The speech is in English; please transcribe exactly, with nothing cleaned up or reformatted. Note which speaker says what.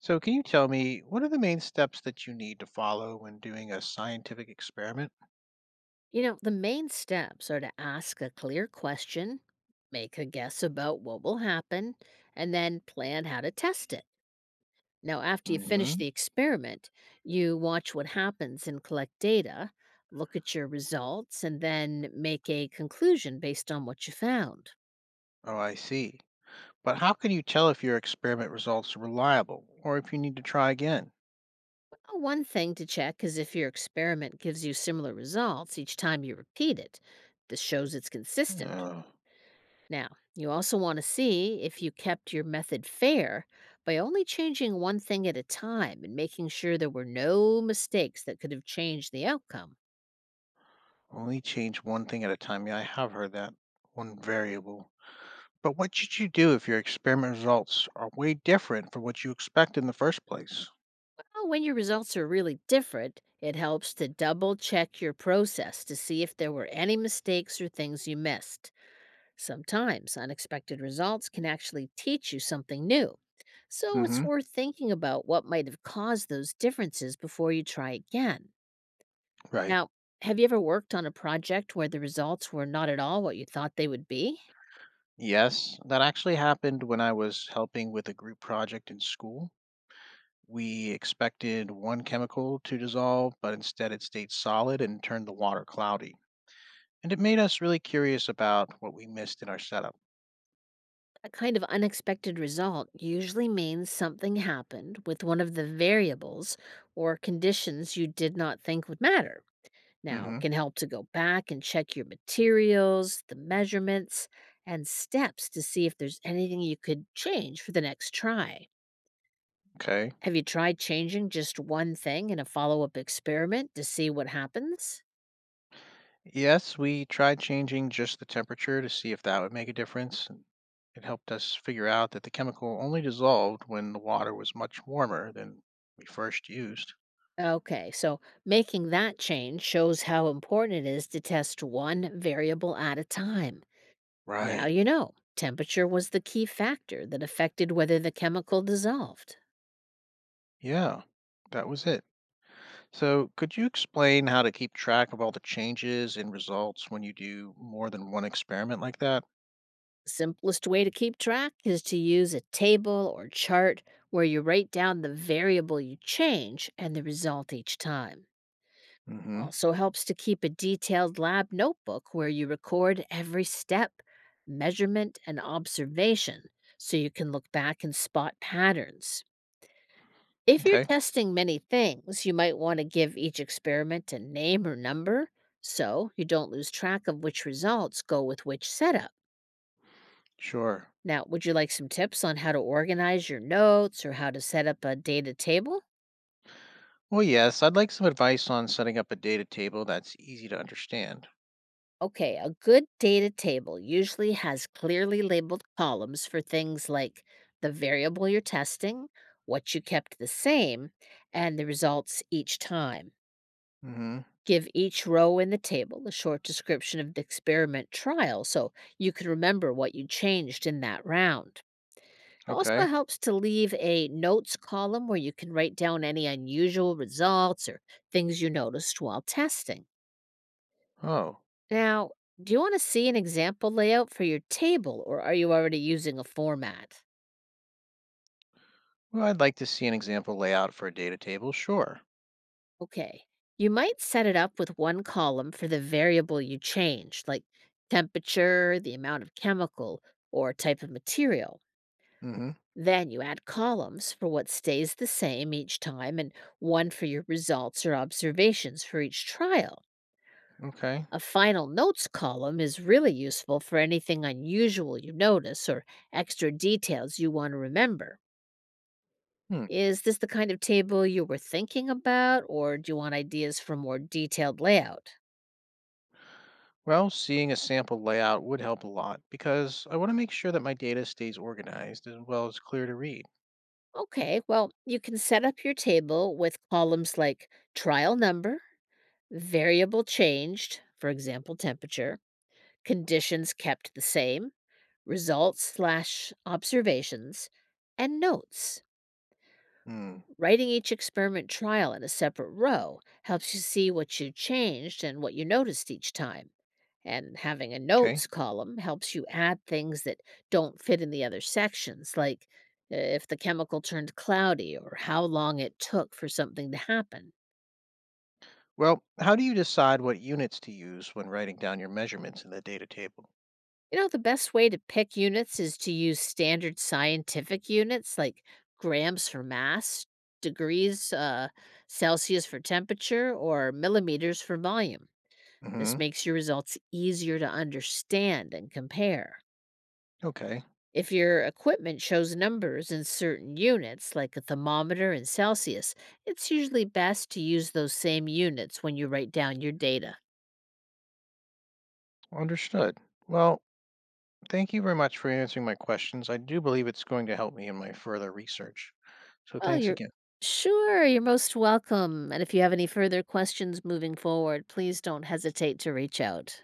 Speaker 1: So, can you tell me what are the main steps that you need to follow when doing a scientific experiment?
Speaker 2: You know, the main steps are to ask a clear question, make a guess about what will happen, and then plan how to test it. Now, after you finish
Speaker 1: Hmm.
Speaker 2: the experiment, you watch what happens and collect data, look at your results, and then make a conclusion based on what you found.
Speaker 1: Oh, I see. But how can you tell if your experiment results are reliable or if you need to try again?
Speaker 2: Uh, One thing to check is if your experiment gives you similar results each time you repeat it. This shows it's consistent.
Speaker 1: Uh,
Speaker 2: Now, you also want to see if you kept your method fair by only changing one thing at a time and making sure there were no mistakes that could have changed the outcome.
Speaker 1: Only change one thing at a time. Yeah, I have heard that, one variable. But what should you do if your experiment results are way different from what you expect in the first place?
Speaker 2: Well, when your results are really different, it helps to double check your process to see if there were any mistakes or things you missed. Sometimes unexpected results can actually teach you something new. So it's
Speaker 1: Hmm.
Speaker 2: worth thinking about what might have caused those differences before you try again.
Speaker 1: Right.
Speaker 2: Now, have you ever worked on a project where the results were not at all what you thought they would be?
Speaker 1: Yes, that actually happened when I was helping with a group project in school. We expected one chemical to dissolve, but instead it stayed solid and turned the water cloudy. And it made us really curious about what we missed in our setup.
Speaker 2: That kind of unexpected result usually means something happened with one of the variables or conditions you did not think would matter. Now, it
Speaker 1: Hmm.
Speaker 2: can help to go back and check your materials, the measurements, and steps to see if there's anything you could change for the next try.
Speaker 1: Okay.
Speaker 2: Have you tried changing just one thing in a follow-up experiment to see what happens?
Speaker 1: Yes, we tried changing just the temperature to see if that would make a difference. And it helped us figure out that the chemical only dissolved when the water was much warmer than we first used.
Speaker 2: Okay, so making that change shows how important it is to test one variable at a time. Now
Speaker 1: Right.
Speaker 2: you know temperature was the key factor that affected whether the chemical dissolved.
Speaker 1: Yeah, that was it. So, could you explain how to keep track of all the changes and results when you do more than one experiment like that?
Speaker 2: Simplest way to keep track is to use a table or chart where you write down the variable you change and the result each time.
Speaker 1: Hmm.
Speaker 2: Also helps to keep a detailed lab notebook where you record every step, measurement, and observation so you can look back and spot patterns. If you're
Speaker 1: Okay,
Speaker 2: testing many things, you might want to give each experiment a name or number so you don't lose track of which results go with which setup.
Speaker 1: sure.
Speaker 2: Now, would you like some tips on how to organize your notes or how to set up a data table?
Speaker 1: Well, yes, I'd like some advice on setting up a data table that's easy to understand.
Speaker 2: Okay, a good data table usually has clearly labeled columns for things like the variable you're testing, what you kept the same, and the results each time.
Speaker 1: Hmm.
Speaker 2: Give each row in the table a short description of the experiment trial so you can remember what you changed in that round. It also
Speaker 1: Okay.
Speaker 2: helps to leave a notes column where you can write down any unusual results or things you noticed while testing.
Speaker 1: Oh,
Speaker 2: Now, do you want to see an example layout for your table or are you already using a format?
Speaker 1: well, I'd like to see an example layout for a data table, sure.
Speaker 2: Okay. You might set it up with one column for the variable you change, like temperature, the amount of chemical, or type of material.
Speaker 1: Hmm.
Speaker 2: Then you add columns for what stays the same each time and one for your results or observations for each trial.
Speaker 1: Okay.
Speaker 2: A final notes column is really useful for anything unusual you notice or extra details you want to remember.
Speaker 1: Hmm.
Speaker 2: Is this the kind of table you were thinking about, or do you want ideas for more detailed layout?
Speaker 1: Well, seeing a sample layout would help a lot because I want to make sure that my data stays organized as well as clear to read.
Speaker 2: Okay, well, you can set up your table with columns like trial number, variable changed, for example, temperature, conditions kept the same, results slash observations, and notes.
Speaker 1: Hmm.
Speaker 2: Writing each experiment trial in a separate row helps you see what you changed and what you noticed each time. And having a
Speaker 1: Okay.
Speaker 2: notes column helps you add things that don't fit in the other sections, like uh, if the chemical turned cloudy or how long it took for something to happen.
Speaker 1: Well, how do you decide what units to use when writing down your measurements in the data table?
Speaker 2: You know, the best way to pick units is to use standard scientific units like grams for mass, degrees uh, Celsius for temperature, or millimeters for volume. This
Speaker 1: Hmm.
Speaker 2: makes your results easier to understand and compare.
Speaker 1: Okay,
Speaker 2: If your equipment shows numbers in certain units, like a thermometer and Celsius, it's usually best to use those same units when you write down your data.
Speaker 1: understood. Well, thank you very much for answering my questions. I do believe it's going to help me in my further research. So
Speaker 2: Well,
Speaker 1: thanks
Speaker 2: you're
Speaker 1: again.
Speaker 2: sure you're most welcome. And if you have any further questions moving forward, please don't hesitate to reach out.